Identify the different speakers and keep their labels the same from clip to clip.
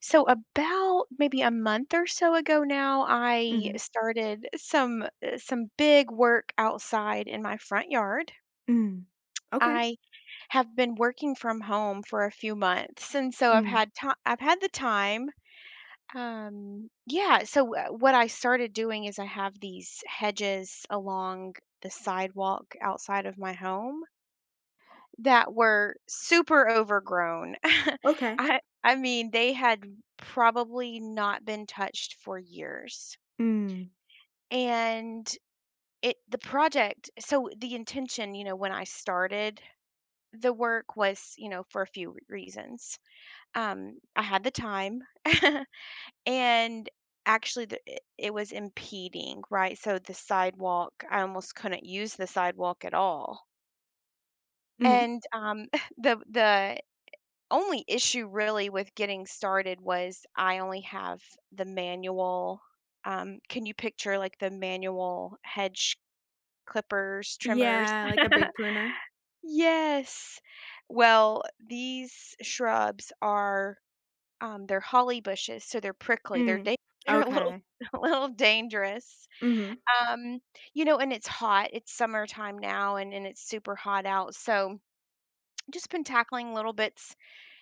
Speaker 1: So about maybe a month or so ago now, I
Speaker 2: Mhm.
Speaker 1: started some big work outside in my front yard.
Speaker 2: Mm. Okay.
Speaker 1: I have been working from home for a few months, and so I've
Speaker 2: Mm.
Speaker 1: had time. I've had the time. What I started doing is I have these hedges along the sidewalk outside of my home that were super overgrown.
Speaker 2: Okay.
Speaker 1: I mean, they had probably not been touched for years.
Speaker 2: Mm.
Speaker 1: And it the project so the intention, you know, when I started the work was, you know, for a few reasons. I had the time and actually the, it was impeding, right? So the sidewalk, I almost couldn't use the sidewalk at all.
Speaker 2: Mhm.
Speaker 1: And the only issue really with getting started was I only have the manual. Can you picture like the manual hedge clippers, trimmers?
Speaker 2: Yeah, like a big pruner?
Speaker 1: Yes. Well, these shrubs are they're holly bushes, so they're prickly.
Speaker 2: Mm.
Speaker 1: They're a little
Speaker 2: Okay.
Speaker 1: a little dangerous.
Speaker 2: Mhm.
Speaker 1: Um, you know, and it's hot. It's summertime now, and it's super hot out. So just been tackling little bits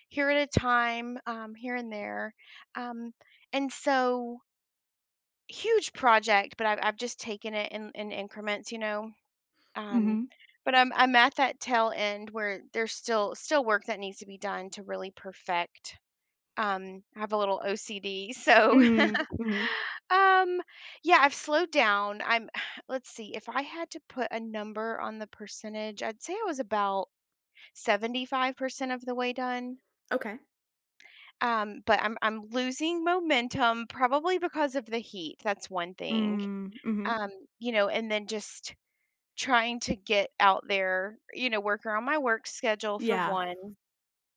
Speaker 1: here at a time, here and there. Um, and so huge project, but I've just taken it in increments, you know. Um,
Speaker 2: Mhm.
Speaker 1: but I'm at that tail end where there's still work that needs to be done to really perfect. I have a little OCD, so
Speaker 2: Mhm. Mhm.
Speaker 1: um, yeah, I've slowed down. I'm let's see, if I had to put a number on the percentage, I'd say I was about 75% of the way done.
Speaker 2: Okay.
Speaker 1: But I'm losing momentum probably because of the heat, that's one thing.
Speaker 2: Mm. Mhm.
Speaker 1: Um, you know, and then just trying to get out there, you know, work around my work schedule for
Speaker 2: Yeah.
Speaker 1: one,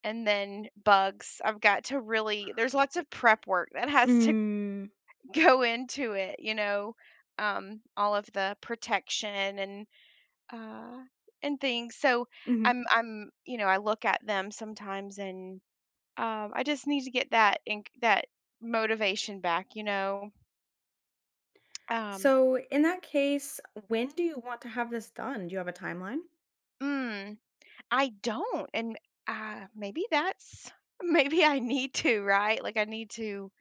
Speaker 1: and then bugs. I've got to really there's lots of prep work that has to
Speaker 2: Mm.
Speaker 1: go into it, you know, all of the protection uh, and things. So
Speaker 2: Mhm.
Speaker 1: I look at them sometimes and I just need to get that motivation back, you know? Um,
Speaker 2: So in that case, when do you want to have this done? Do you have a timeline?
Speaker 1: mm, I don't, and maybe that's maybe I need to, right? Like, I need to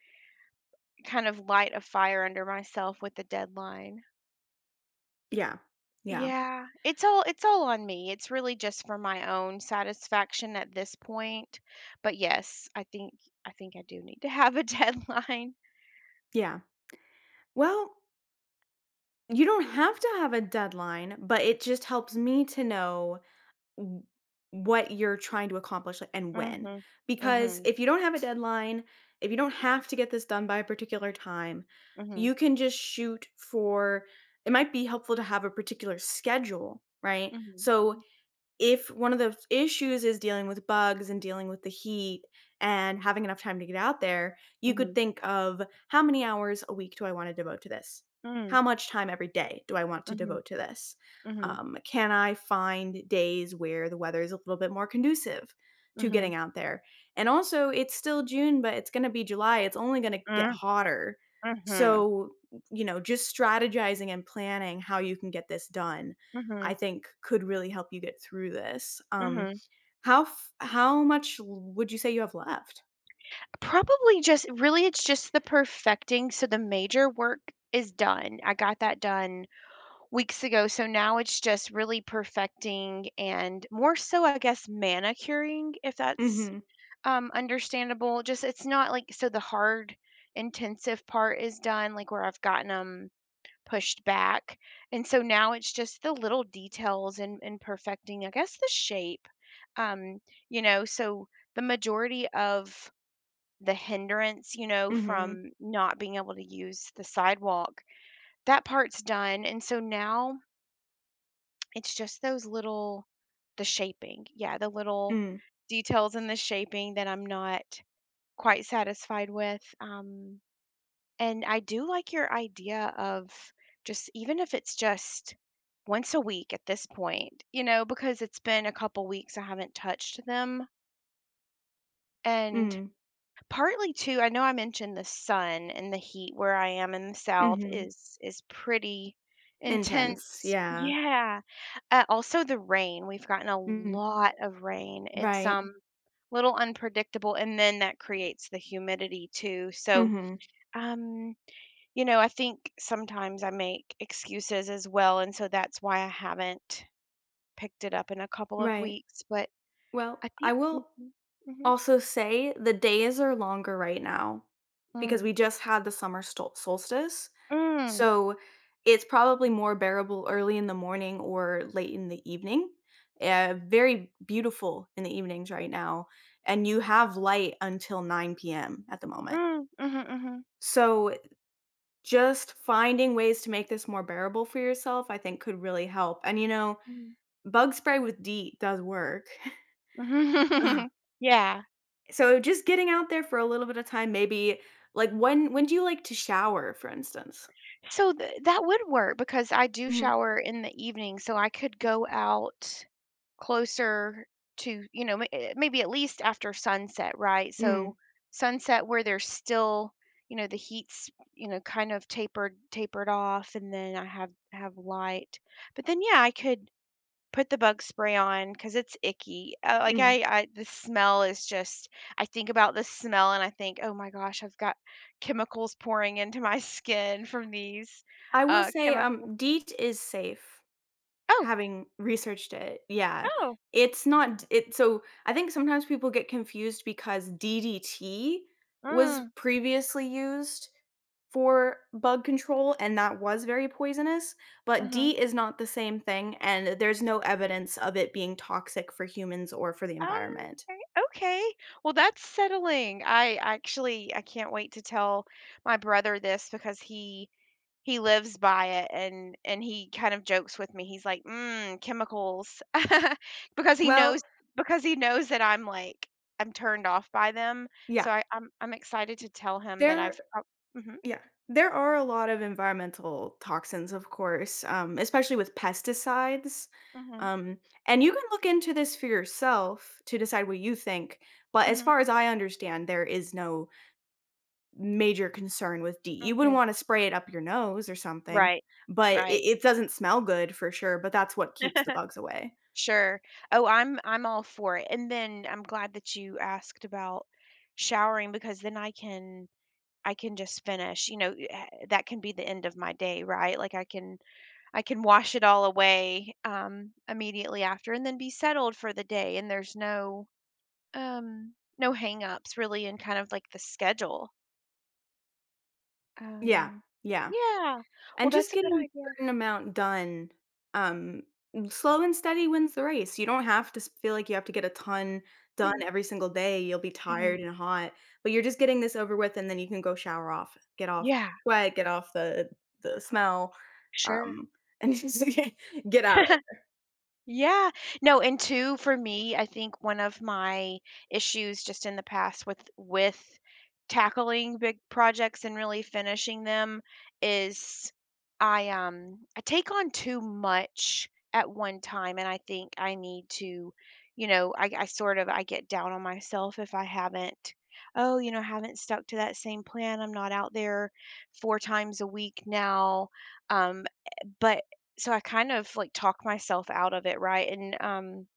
Speaker 1: kind of light a fire under myself with the deadline.
Speaker 2: Yeah. Yeah.
Speaker 1: Yeah, it's all on me. It's really just for my own satisfaction at this point. But yes, I think I do need to have a deadline.
Speaker 2: Yeah. Well, you don't have to have a deadline, but it just helps me to know w- what you're trying to accomplish like, and when.
Speaker 1: Mhm.
Speaker 2: Because
Speaker 1: Mhm.
Speaker 2: if you don't have a deadline, if you don't have to get this done by a particular time,
Speaker 1: Mhm.
Speaker 2: you can just shoot for it might be helpful to have a particular schedule, right?
Speaker 1: Mhm.
Speaker 2: So if one of the issues is dealing with bugs and dealing with the heat and having enough time to get out there, you could
Speaker 1: Mhm.
Speaker 2: think of how many hours a week do I want to devote to this?
Speaker 1: Mhm.
Speaker 2: How much time every day do I want to
Speaker 1: Mhm.
Speaker 2: devote to this?
Speaker 1: Mhm. Mhm.
Speaker 2: Can I find days where the weather is a little bit more conducive to
Speaker 1: Mhm.
Speaker 2: getting out there? And also, it's still June, but it's going to be July. It's only going to get
Speaker 1: Mm,
Speaker 2: hotter.
Speaker 1: mhm.
Speaker 2: So, you know, just strategizing and planning how you can get this done I
Speaker 1: Mhm.
Speaker 2: think could really help you get through this.
Speaker 1: Mhm.
Speaker 2: How f how much l would you say you have left?
Speaker 1: Probably just really it's just the perfecting, so the major work is done. I got that done weeks ago, so now it's just really perfecting and more so I guess manicuring if that's,
Speaker 2: Mhm,
Speaker 1: understandable. Just it's not like so the hard intensive part is done, like, where I've gotten 'em pushed back. And so now it's just the little details and perfecting, I guess, the shape. Um, you know, so the majority of the hindrance, you know,
Speaker 2: mhm,
Speaker 1: from not being able to use the sidewalk, that part's done. And so now it's just those little the shaping. Yeah, the little
Speaker 2: mm,
Speaker 1: details in the shaping that I'm not quite satisfied with. Um, and I do like your idea of just even if it's just once a week at this point, you know, because it's been a couple weeks I haven't touched them. And
Speaker 2: mm,
Speaker 1: partly too, I know I mentioned the sun and the heat where I am in the south
Speaker 2: mhm.
Speaker 1: is pretty
Speaker 2: Intense,
Speaker 1: intense.
Speaker 2: yeah.
Speaker 1: Yeah. Also the rain. We've gotten a
Speaker 2: Mhm,
Speaker 1: lot of rain. It's
Speaker 2: right.
Speaker 1: little unpredictable and then that creates the humidity too. So,
Speaker 2: Mhm,
Speaker 1: um, you know, I think sometimes I make excuses as well, and so that's why I haven't picked it up in a couple of
Speaker 2: right.
Speaker 1: weeks, but
Speaker 2: Well,
Speaker 1: I
Speaker 2: I
Speaker 1: think
Speaker 2: will
Speaker 1: mhm, mhm.
Speaker 2: also say the days are longer right now because
Speaker 1: Mm.
Speaker 2: we just had the summer stol solstice.
Speaker 1: Mm,
Speaker 2: So, it's probably more bearable early in the morning or late in the evening. Very beautiful in the evenings right now, and you have light until 9 PM at the moment.
Speaker 1: mm, mhm, mhm,
Speaker 2: So, just finding ways to make this more bearable for yourself, I think could really help, and, you know,
Speaker 1: mhm,
Speaker 2: bug spray with DEET does work. Ugh.
Speaker 1: yeah.
Speaker 2: So, just getting out there for a little bit of time, maybe like, when do you like to shower, for instance?
Speaker 1: So th that would work because I do
Speaker 2: Mhm.
Speaker 1: shower in the evening, so I could go out closer to, you know, maybe at least after sunset, right? So
Speaker 2: Mhm.
Speaker 1: sunset where there's still, you know, the heat's, you know, kind of tapered off and then I have light. But then yeah, I could put the bug spray on cuz it's icky. Like
Speaker 2: Mm.
Speaker 1: I, the smell is just I think about the smell and I think, "Oh my gosh, I've got chemicals pouring into my skin from these
Speaker 2: I will say,
Speaker 1: chemical."
Speaker 2: DEET is safe,
Speaker 1: Oh,
Speaker 2: having researched it, yeah.
Speaker 1: oh.
Speaker 2: It's not d- it so, I think sometimes people get confused because DDT was
Speaker 1: Mm,
Speaker 2: previously used for bug control, and that was very poisonous, but
Speaker 1: mhm.
Speaker 2: DEET is not the same thing, and there's no evidence of it being toxic for humans or for the
Speaker 1: Ah,
Speaker 2: environment.
Speaker 1: okay, okay. Well, that's settling. I can't wait to tell my brother this because he lives by it and he kind of jokes with me. He's like, "Mm, chemicals." Because he knows
Speaker 2: Well,
Speaker 1: because he knows that I'm like I'm turned off by them.
Speaker 2: yeah,
Speaker 1: So I'm excited to tell him that
Speaker 2: there.
Speaker 1: I've prob Mhm.
Speaker 2: Yeah. There are a lot of environmental toxins, of course, especially with pesticides.
Speaker 1: Mhm.
Speaker 2: Um, and you can look into this for yourself to decide what you think. But as
Speaker 1: Mhm.
Speaker 2: far as I understand, there is no major concern with D. You wouldn't
Speaker 1: Okay.
Speaker 2: want to spray it up your nose or something,
Speaker 1: Right.
Speaker 2: but
Speaker 1: Right.
Speaker 2: it doesn't smell good for sure. But that's what keeps the bugs away.
Speaker 1: Sure. Oh, I'm all for it. And then I'm glad that you asked about showering because then I can just finish, you know, that can be the end of my day, right? Like I can wash it all away immediately after and then be settled for the day and there's no um no hang-ups really in kind of like the schedule.
Speaker 2: Yeah.
Speaker 1: Um,
Speaker 2: Yeah.
Speaker 1: yeah. Well,
Speaker 2: And just
Speaker 1: that's a good
Speaker 2: getting a
Speaker 1: idea.
Speaker 2: certain amount done, um, slow and steady wins the race. You don't have to s feel like you have to get a ton done
Speaker 1: Mhm.
Speaker 2: every single day. You'll be
Speaker 1: Mhm.
Speaker 2: tired and hot, but you're just getting this over with, and then you can go shower off, get off
Speaker 1: Yeah,
Speaker 2: sweat, get off the smell,
Speaker 1: sure.
Speaker 2: um, and just get out.
Speaker 1: Yeah. No, and two, for me, I think one of my issues just in the past with tackling big projects and really finishing them is I, um, I take on too much at one time, and I think I need to you know, I sort of I get down on myself if I haven't "Oh, you know, haven't stuck to that same plan. I'm not out there four times a week now." Eh, but so I kind of like talk myself out of it, right? And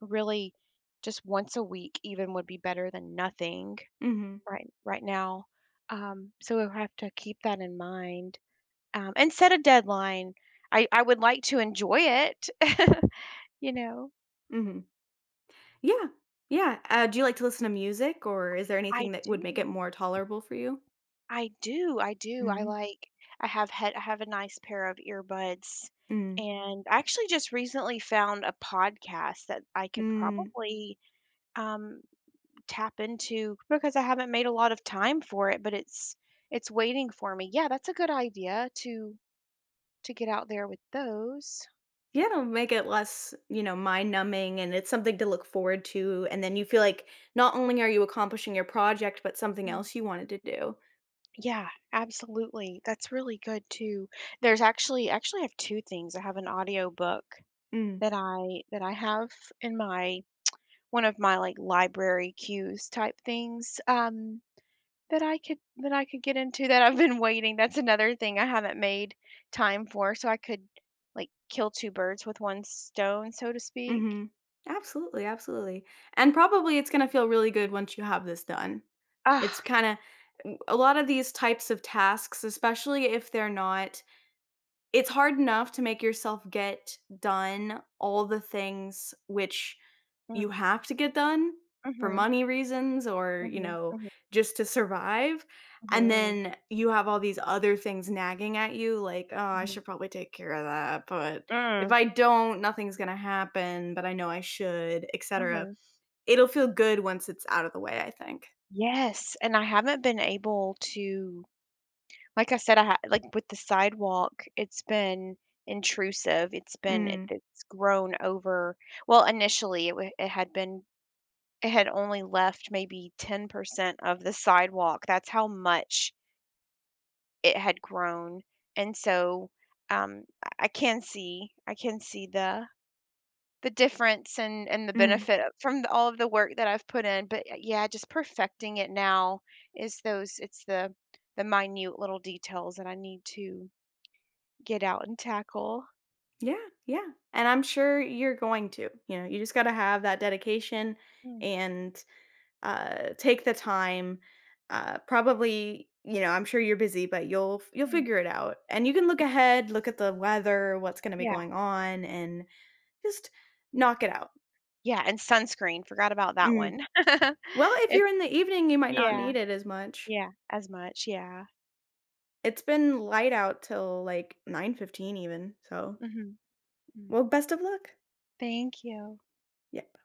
Speaker 1: really just once a week even would be better than nothing
Speaker 2: Mhm,
Speaker 1: right now. Um, so we'll have to keep that in mind. Um, and set a deadline. I would like to enjoy it. You know,
Speaker 2: mhm. Yeah, yeah. Do you like to listen to music, or is there
Speaker 1: I
Speaker 2: anything that would make it
Speaker 1: do.
Speaker 2: more tolerable for you?
Speaker 1: I do. I do. I
Speaker 2: Mhm,
Speaker 1: like I have had I have a nice pair of earbuds
Speaker 2: mm,
Speaker 1: and I actually just recently found a podcast that I could
Speaker 2: mm.
Speaker 1: probably um tap into because I haven't made a lot of time for it, but it's waiting for me. Yeah, that's a good idea to get out there with those.
Speaker 2: Yeah, it'll make it less, you know, mind numbing and it's something to look forward to. And then you feel like not only are you accomplishing your project, but something
Speaker 1: Mm.
Speaker 2: else you wanted to do.
Speaker 1: Yeah, absolutely. That's really good too. There's actually I have two things. I have an audio book
Speaker 2: Mm,
Speaker 1: that I have in my one of my like library cues type things. Um, that I could get into that I've been waiting. That's another thing I haven't made time for, so I could, like, kill two birds with one stone, so to speak.
Speaker 2: hmm. Absolutely, absolutely. And probably it's going to feel really good once you have this done. It's
Speaker 1: Ah,
Speaker 2: kind of a lot of these types of tasks, especially if they're not. It's hard enough to make yourself get done all the things which you
Speaker 1: mm,
Speaker 2: have to get done for
Speaker 1: mhm,
Speaker 2: money reasons or, you
Speaker 1: mhm,
Speaker 2: know,
Speaker 1: mhm,
Speaker 2: just to survive, and
Speaker 1: mhm,
Speaker 2: then you have all these other things nagging at you like, "Oh, I
Speaker 1: mhm,
Speaker 2: should probably take care of that, but if
Speaker 1: mm,
Speaker 2: I don't, nothing's gonna happen, but I know I should," et cetera.
Speaker 1: mhm.
Speaker 2: It'll feel good once it's out of the way, I think.
Speaker 1: Yes, and I haven't been able to like I said, I ha like, with the sidewalk, it's been intrusive. It's been it
Speaker 2: Mm,
Speaker 1: it's grown over well, initially, it had been it had only left maybe 10% of the sidewalk. That's how much it had grown. And so I can see, I can see the difference and the
Speaker 2: mm.
Speaker 1: benefit of- from the, all of the work that I've put in. But yeah, just perfecting it now is those. It's the minute little details that I need to get out and tackle.
Speaker 2: Yeah, yeah. And I'm sure you're going to. You know, you just got to have that dedication
Speaker 1: Mm,
Speaker 2: and take the time. Probably, you know, I'm sure you're busy, but you'll
Speaker 1: mm.
Speaker 2: figure it out. And you can look ahead, look at the weather, what's going to be
Speaker 1: Yeah,
Speaker 2: going on and just knock it out.
Speaker 1: yeah, and sunscreen. Forgot about that
Speaker 2: Mm.
Speaker 1: one.
Speaker 2: Well, if
Speaker 1: If
Speaker 2: you're in the evening, you might not
Speaker 1: yeah,
Speaker 2: need it as much.
Speaker 1: yeah, as much. Yeah.
Speaker 2: It's been light out till like 9:15 even. So,
Speaker 1: Hmm. Mm.
Speaker 2: well, best of luck.
Speaker 1: Thank you.
Speaker 2: Yeah.